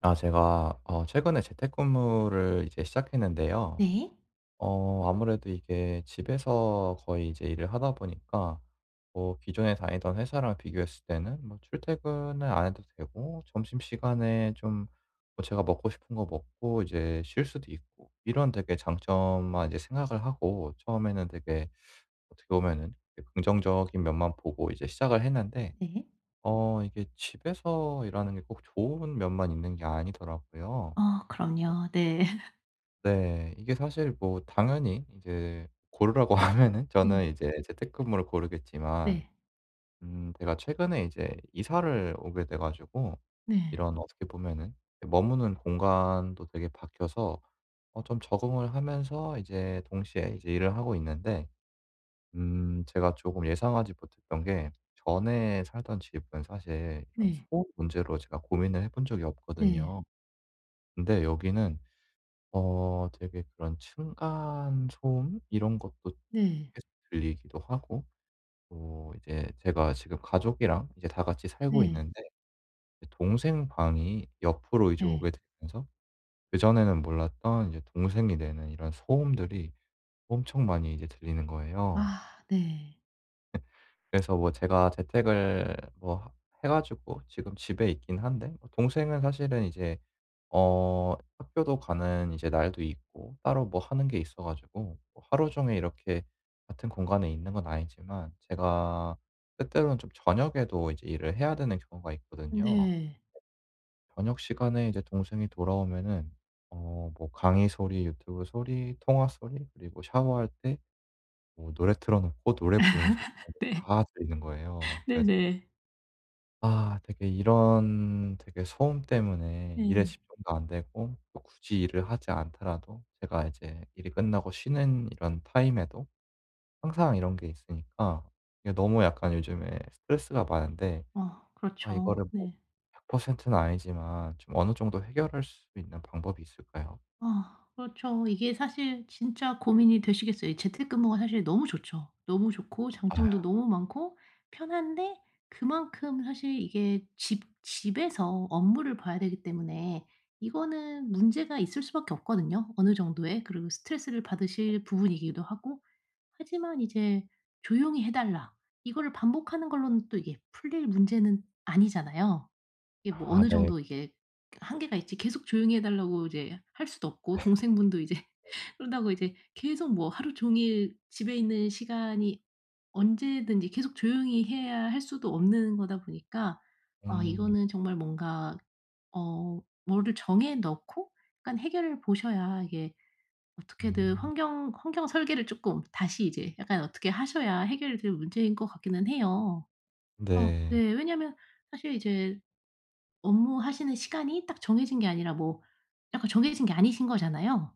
아 제가 최근에 재택근무를 이제 시작했는데요. 네. 아무래도 이게 집에서 거의 이제 일을 하다 보니까, 뭐 기존에 다니던 회사랑 비교했을 때는 뭐 출퇴근을 안 해도 되고 점심시간에 좀뭐 제가 먹고 싶은 거 먹고 이제 쉴 수도 있고, 이런 되게 장점만 이제 생각을 하고, 처음에는 되게 어떻게 보면은 긍정적인 면만 보고 이제 시작을 했는데, 네. 이게 집에서 일하는 게 꼭 좋은 면만 있는 게 아니더라고요. 아 그럼요. 네. 네. 이게 사실 뭐 당연히 이제 고르라고 하면은 저는 이제 재택근무를 고르겠지만, 네. 제가 최근에 이제 이사를 오게 돼 가지고, 네. 이런 어떻게 보면은 머무는 공간도 되게 바뀌어서 좀 적응을 하면서 이제 동시에 이제 일을 하고 있는데, 제가 조금 예상하지 못했던 게, 전에 살던 집은 사실 이런 네. 소음 문제로 제가 고민을 해본 적이 네. 네. 없거든요. 근데 여기는 되게 그런 층간 소음 이런 것도 네. 계속 들리기도 하고, 또 이제 제가 지금 가족이랑 이제 다 같이 살고 네. 있는데, 동생 방이 옆으로 이제 네. 오게 되면서 그전에는 몰랐던 이제 동생이 내는 이런 소음들이 엄청 많이 이제 들리는 거예요. 아 네. 그래서 뭐 제가 재택을 뭐 하 해 가지고 지금 집에 있긴 한데, 뭐 동생은 사실은 이제 학교도 가는 이제 날도 있고 따로 뭐 하는 게 있어 가지고, 뭐 하루 종일 이렇게 같은 공간에 있는 건 아니지만, 제가 때때로는 좀 저녁에도 이제 일을 해야 되는 경우가 있거든요. 네. 저녁 시간에 이제 동생이 돌아오면은 뭐 강의 소리, 유튜브 소리, 통화 소리, 그리고 샤워할 때 뭐 노래 틀어 놓고 노래 부르는 소리 정 도 네. 다 들리는 거예요. 그래서 네네. 아 되게 이런 되게 소음 때문에 일에 네. 집중도 안 되고, 또 굳이 일을 하지 않더라도 제가 이제 일이 끝나고 쉬는 이런 타임에도 항상 이런 게 있으니까, 이게 너무 약간 요즘에 스트레스가 많은데, 어 아 그렇죠. 이거를 뭐 네. 100%는 아니지만 좀 어느 정도 해결할 수 있는 방법이 있을까요? 아 그렇죠. 이게 사실 진짜 고민이 되시겠어요. 이 재택근무가 사실 너무 좋죠. 너무 좋고 장점도 아. 너무 많고 편한데 그만큼 사실 이게 집 집에서 업무를 봐야 되기 때문에 이거는 문제가 있을 수밖에 없거든요 어느 정도의. 그리고 스트레스를 받으실 부분이기도 하고 하지만 이제 "조용히 해 달라." 이거를 반복하는 걸로는 또 이게 풀릴 문제는 아니잖아요. 이게 뭐 아 어느 네. 정도 이게 한계가 있지 계속 조용히 해 달라고 이제 할 수도 없고 동생분도 이제 그런다고 이제 계속 뭐 하루 종일 집에 있는 시간이 언제든지 계속 조용히 해야 할 수도 없는 거다 보니까 아 음. 이거는 정말 뭔가 어 뭐를 정해 놓고 약간 해결을 보셔야 이게 어떻게든 음. 환경 설계를 쪼끔 다시 이제 약간 어떻게 하셔야 해결이 될 문제인 것 같기는 해요. 어 네. 네. 왜냐면 사실 이제 업무하시는 시간이 딱 정해진 게 아니라 뭐 약간 정해진 게 아니신 거잖아요.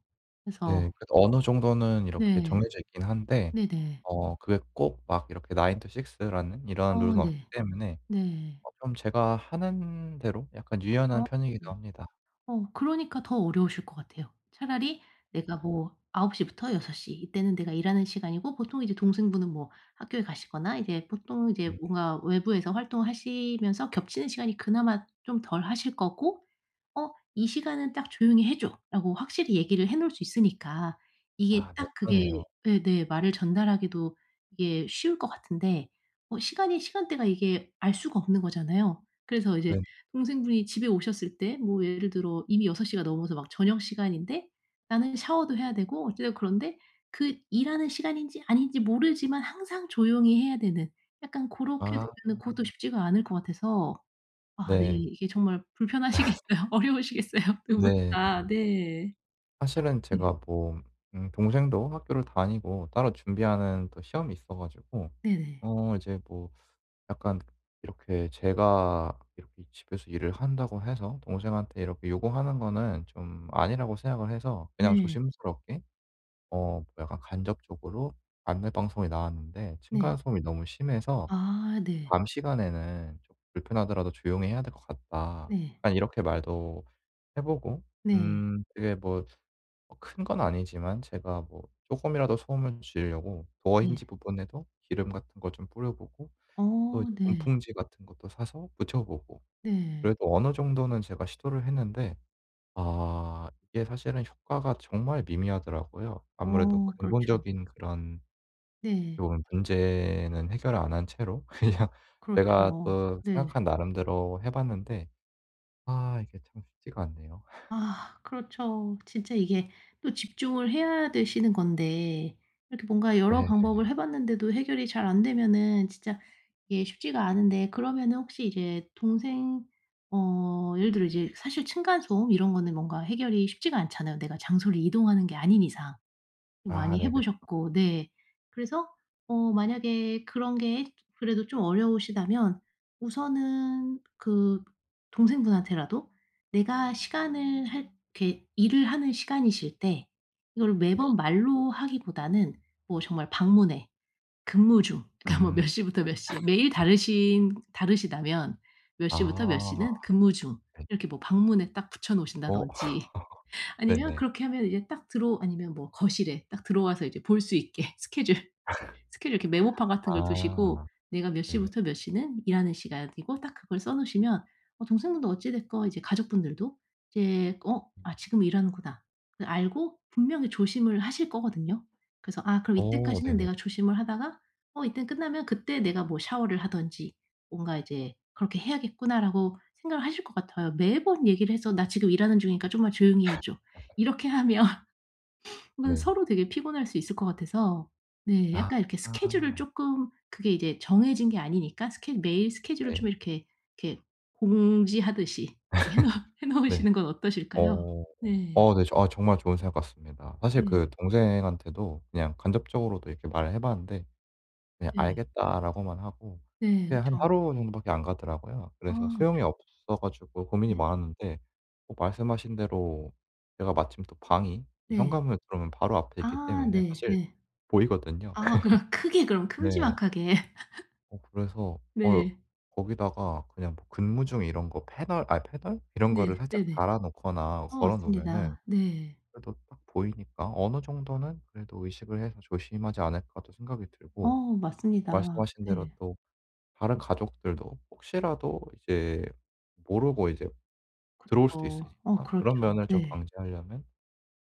네. 그래서 그래도 어느 정도는 이렇게 네. 정해져 있긴 한데, 네네. 그게 꼭 막 이렇게 9 to 6 라는 이런 어 룰은 없기 네. 때문에 네. 좀 제가 하는 대로 약간 유연한 어. 편이기도 네. 합니다. 어 그러니까 더 어려우실 것 같아요. 차라리 내가 뭐 9시 시부터 6시 이때는 내가 일하는 시간이고 보통 이제 동생분은 뭐 학교에 가시거나 이제 보통 이제 음. 뭔가 외부에서 활동을 하시면서 겹치는 시간이 그나마 좀 덜 하실 거고 "어 이 시간은 딱 조용히 해 줘."라고 확실히 얘기를 해 놓을 수 있으니까 이게 아 네 딱 그러네요. 그게 예 네 말을 전달하기도 이게 쉬울 것 같은데 어 시간이 시간대가 이게 알 수가 없는 거잖아요. 그래서 이제 네. 동생분이 집에 오셨을 때 뭐 예를 들어 이미 6시 시가 넘어서 막 저녁 시간인데 나는 샤워도 해야 되고 어쨌든 그런데 그 일하는 시간인지 아닌지 모르지만 항상 조용히 해야 되는 약간 고렇게 아 되면은 그것도 쉽지가 않을 것 같아서 아 네. 네. 이게 정말 불편하시겠어요. 어려우시겠어요. 2분 분 네. 다. 네. 또 사실은 네. 제가 뭐 동생도 학교를 다니고 따로 준비하는 또 시험이 있어 가지고, 네네. 이제 뭐 약간, 이렇게 제가 이렇게 집에서 일을 한다고 해서 동생한테 이렇게 요구하는 거는 좀 아니라고 생각을 해서, 그냥 네. 조심스럽게 뭐 약간 간접적으로 안내 방송이 나왔는데 층간 네. 소음이 너무 심해서 아 네. "밤 시간에는 좀 불편하더라도 조용히 해야 될 것 같다." 네. 약간 이렇게 말도 해 보고, 네. 그게 뭐 큰 건 아니지만, 제가 뭐 쪼금이라도 소음을 줄이려고 도어 힌지 네. 부분에도 기름 같은 거 좀 뿌려 보고, 또 어 이제 네. 문풍지 같은 것도 사서 붙여 보고, 네. 그래도 어느 정도는 제가 시도를 했는데, 아 이게 사실은 효과가 정말 미미하더라고요. 아무래도 어 그렇죠. 근본적인 그런, 어떻게 네. 보면 문제는 해결을 안 한 채로 그냥 제가 그렇죠. 또 네. 생각한 나름대로 해 봤는데, 아 이게 참 쉽지가 않네요. 아 그렇죠. 진짜 이게 또 집중을 해야 되시는 건데 이렇게 뭔가 네. 여러 방법을 해 봤는데도 해결이 잘 안 되면은 진짜 이게 쉽지가 않은데 그러면은 혹시 이제 동생 어 예를 들어 이제 사실 층간소음 이런 거는 뭔가 해결이 쉽지가 않잖아요, 내가 장소를 이동하는 게 아닌 이상. 좀 아 많이 해 네 그쵸. 보셨고 네. 그래서 어 만약에 그런 게 그래도 좀 어려우시다면 우선은 그 동생분한테라도 내가 시간을 할 이렇게 일을 하는 시간이실 때 이거를 매번 말로 하기보다는 뭐 정말 방문해, 근무 중 그러니까 뭐 음. 몇 시부터 몇 시 매일 다르신 다르시다면 몇 시부터 몇 아 시는 근무 중 네. 이렇게 뭐 방문에 딱 붙여 어. 놓으신다든지 아니면 네네. 그렇게 하면 이제 딱 들어 아니면 뭐 거실에 딱 들어와서 이제 볼 수 있게 스케줄 이렇게 메모판 같은 걸 두시고 아 내가 몇 네네. 시부터 몇 시는 일하는 시간이고 딱 그걸 써 놓으시면 어 동생분도 어찌 됐건 이제 가족분들도 이제 어 음. '아 지금 일하는구나.' 그 알고 분명히 조심을 하실 거거든요. 그래서 '아 그럼 어 이때까지는 네네. 내가 조심을 하다가 어 이때 끝나면 그때 내가 뭐 샤워를 하든지 뭔가 이제 그렇게 해야겠구나.'라고 생각을 하실 것 같아요. 매번 얘기를 해서 "나 지금 일하는 중이니까 좀만 조용히 해 줘." 이렇게 하면 그러면 네. 서로 되게 피곤할 수 있을 것 같아서 네 아. 약간 이렇게 스케줄을 쪼끔 그게 이제 정해진 게 아니니까 스케 매일 스케줄을 네. 좀 이렇게 이렇게 공지하듯이 해놓 해 네. 놓으시는 건 어떠실까요? 어. 네. 어 네. 저 아 정말 좋은 생각 같습니다. 사실 네. 그 동생한테도 그냥 간접적으로도 이렇게 말을 해 봤는데, 그냥 네. "알겠다."라고만 하고, 네. 그게 한 그쵸. 하루 정도밖에 안 가더라고요. 아 그래서 소용이 그쵸. 없어 가지고 고민이 네. 많았는데, 말씀하신 대로 제가 마침 또 방이 이 네. 현관문 들어오면 바로 앞에 있기 아 때문에 네. 사실 네. 보이거든요. 아 그럼 크게 그럼 네. 큼지막하게. 그래서 네. 거기다가 그냥 뭐 근무 중 이런 거 패널 아니 패널? 이런 거를 네. 살짝 네네. 달아 놓거나 어 걸어 놓으면은 맞습니다. 네. 그래도 딱 보이니까, 어느 정도는 그래도 의식을 해서 조심하지 않을까도 생각이 들고, 어 맞습니다. 말씀하신 대로 네. 또 다른 가족들도 혹시라도 이제 모르고 이제 들어올 수도 그쵸. 어 있으니까 그렇죠. 그런 면을 좀 네. 방지하려면,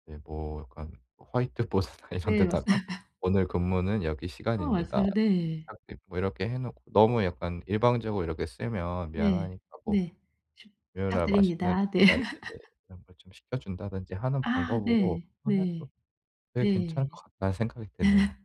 이제 뭐 약간 화이트보드나 이런 네 맞습 데다가 "오늘 근무는 여기 어 시간입니다." 맞아요. 네. 시작됩니다." 뭐 이렇게 해 놓고, 너무 약간 일방적으로 이렇게 쓰면 네. 미안하니까 뭐 네. 좀 금요일 날 맛있는 부탁드립니다. 네. 배달 이제 이런 걸 좀 시켜 준다든지 하는 아 방법으로 네. 해도 네. 되게 괜찮을 네. 것 같다는 생각이 드네요.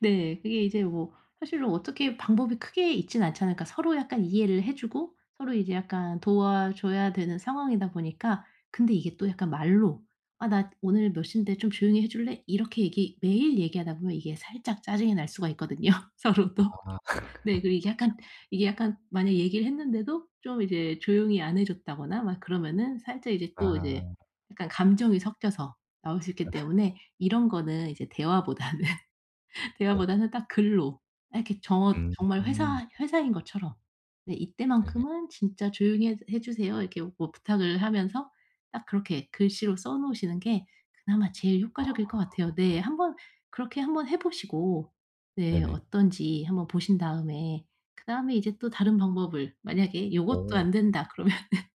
네. 그게 이제 뭐 사실은 어떻게 방법이 크게 있진 않잖아요. 그러니까 서로 약간 이해를 해 주고 서로 이제 약간 도와줘야 되는 상황이다 보니까 근데 이게 네. 또 약간 말로 "아 나 오늘 몇 시인데 좀 조용히 해 줄래?" 이렇게 얘기 매일 얘기하다 보면 이게 살짝 짜증이 날 수가 있거든요 서로도. 아 네. 그리고 이게 약간 만약에 얘기를 했는데도 좀 이제 조용히 안 해 줬다거나 막 그러면은 살짝 이제 또 이제 아 약간 감정이 섞여서 나올 수 있기 때문에 이런 거는 이제 대화보다는 네. 대화보다는 딱 글로 이렇게 저 음 정말 음. 회사인 것처럼 "네 네네. 이때만큼은 진짜 조용히 해 주세요." 이렇게 뭐 부탁을 하면서 딱 그렇게 글씨로 써 놓으시는 게 그나마 제일 효과적일 것 같아요. 네. 아 한번 그렇게 한번 해 보시고 네 네네. 어떤지 한번 보신 다음에 그다음에 이제 또 다른 방법을 만약에 요것도 오. 안 된다 그러면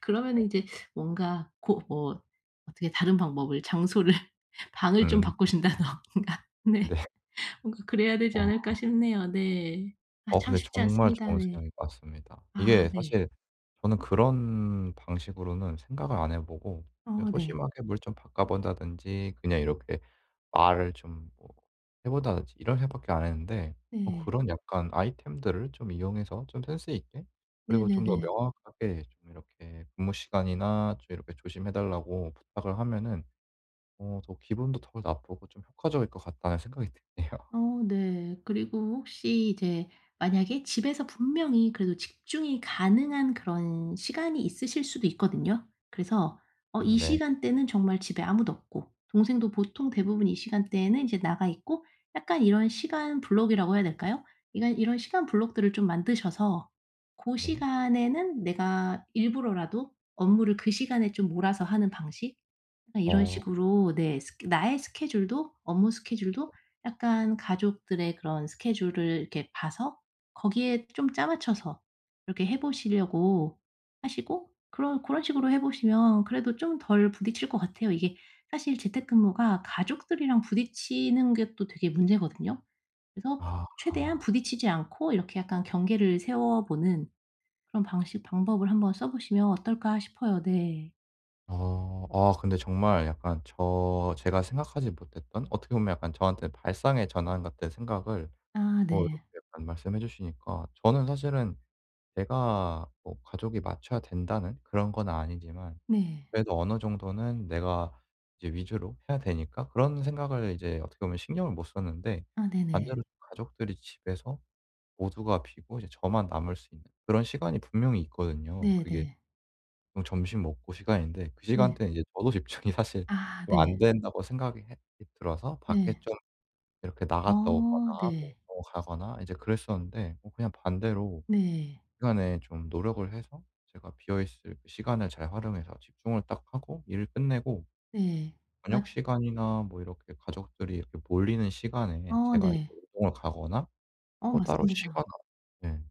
그러면은 이제 뭔가 고 뭐 어떻게 다른 방법을 장소를 방을 좀 음. 바꾸신다든가. 네. 네. 뭔가 그래야 되지 어. 않을까 싶네요. 네. 아 어 참 근데 쉽지 정말 않습니다. 좋은 네. 생각인 것 같습니다. 아 이게 네. 사실 저는 그런 방식으로는 생각을 안 해 보고 그냥 어 네. 소심하게 뭘 좀 바꿔 본다든지, 그냥 이렇게 말을 좀 뭐 해 본다든지 이런 생각밖에 안 했는데, 네. 그런 약간 아이템들을 좀 이용해서 좀 센스 있게, 그리고 좀 더 네네네. 명확하게 좀 이렇게 근무 시간이나 좀 이렇게 "조심해 달라."고 부탁을 하면은 더 기분도 덜 나쁘고 좀 효과적일 것 같다는 생각이 드네요. 어 네. 그리고 혹시 이제 만약에 집에서 분명히 그래도 집중이 가능한 그런 시간이 있으실 수도 있거든요. 그래서 어 이 네. 시간대는 정말 집에 아무도 없고 동생도 보통 대부분 이 시간대에는 인제 나가 있고 약간 이런 시간 블록이라고 해야 될까요? 이런 시간 블록들을 좀 만드셔서 고 네. 시간에는 내가 일부러라도 업무를 그 시간에 좀 몰아서 하는 방식? 약간 이런 어. 식으로 네. 스케 나의 스케줄도 업무 스케줄도 약간 가족들의 그런 스케줄을 이렇게 봐서 거기에 좀 짜 맞춰서 이렇게 해 보시려고 하시고 그런 고런 식으로 해 보시면 그래도 좀 덜 부딪힐 것 같아요. 이게 사실 재택근무가 가족들이랑 부딪히는 게 또 되게 문제거든요. 그래서 아. 최대한 아. 부딪히지 않고 이렇게 약간 경계를 세워 보는 그런 방식 방법을 한번 써 보시면 어떨까 싶어요. 네. 어. 아 근데 정말 약간 제가 생각하지 못했던, 어떻게 보면 약간 저한테 발상의 전환 같은 생각을 아 뭐, 이렇게 네. 약간 말씀해 주시니까, 저는 사실은 내가 뭐 가족이 맞춰야 된다는 그런 건 아니지만, 네. 그래도 어느 정도는 내가 이제 위주로 해야 되니까 그런 생각을 이제 어떻게 보면 신경을 못 썼는데, 아 네네. 반대로 가족들이 집에서 모두가 비고 이제 저만 남을 수 있는 그런 시간이 분명히 있거든요. 네네. 그게 네. 그럼 점심 먹고 시간인데, 그 네. 시간대는 이제 저도 집중이 사실 아 좀 네. 안 된다고 생각이 해 들어서, 밖에 네. 좀 이렇게 어 나갔다 오거나 뭐 네. 보러 가거나 이제 그랬었는데, 뭐 그냥 반대로 네. 시간에 좀 노력을 해서 제가 비어 있을 그 시간을 잘 활용해서 집중을 딱 하고 일을 끝내고, 네. 저녁 맞 시간이나 뭐 이렇게 가족들이 이렇게 몰리는 시간에 어 제가 이제 네. 운동을 가거나 어 뭐 따로 맞습니다. 쉬거나 네,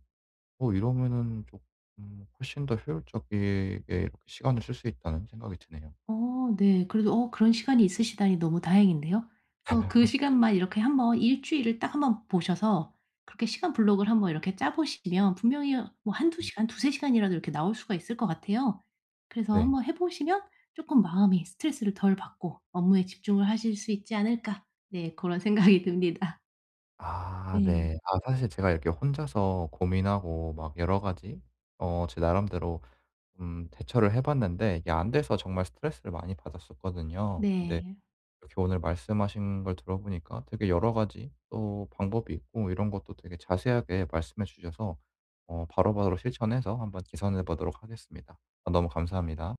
뭐 이러면은 쪼끔 훨씬 더 효율적이게 이렇게 시간을 쓸 수 있다는 생각이 드네요. 어 네. 그래도 어 그런 시간이 있으시다니 너무 다행인데요. 그래서 그 시간만 이렇게 한번 일주일을 딱 한번 보셔서 그렇게 시간 블록을 한번 이렇게 짜 보시면 분명히 뭐 한두 시간, 두세 시간이라도 이렇게 나올 수가 있을 것 같아요. 그래서 네. 한번 해 보시면 쪼끔 마음이 스트레스를 덜 받고 업무에 집중을 하실 수 있지 않을까. 네. 고런 생각이 듭니다. 아 네. 네. 아 사실 제가 이렇게 혼자서 고민하고 막 여러 가지 제 나름대로 대처를 해 봤는데 이게 안 돼서 정말 스트레스를 많이 받았었거든요. 근데 네. 이렇게 오늘 말씀하신 걸 들어보니까 되게 여러 가지 또 방법이 있고 이런 것도 되게 자세하게 말씀해 주셔서 바로바로 실천해서 한번 개선해 보도록 하겠습니다. 아 너무 감사합니다.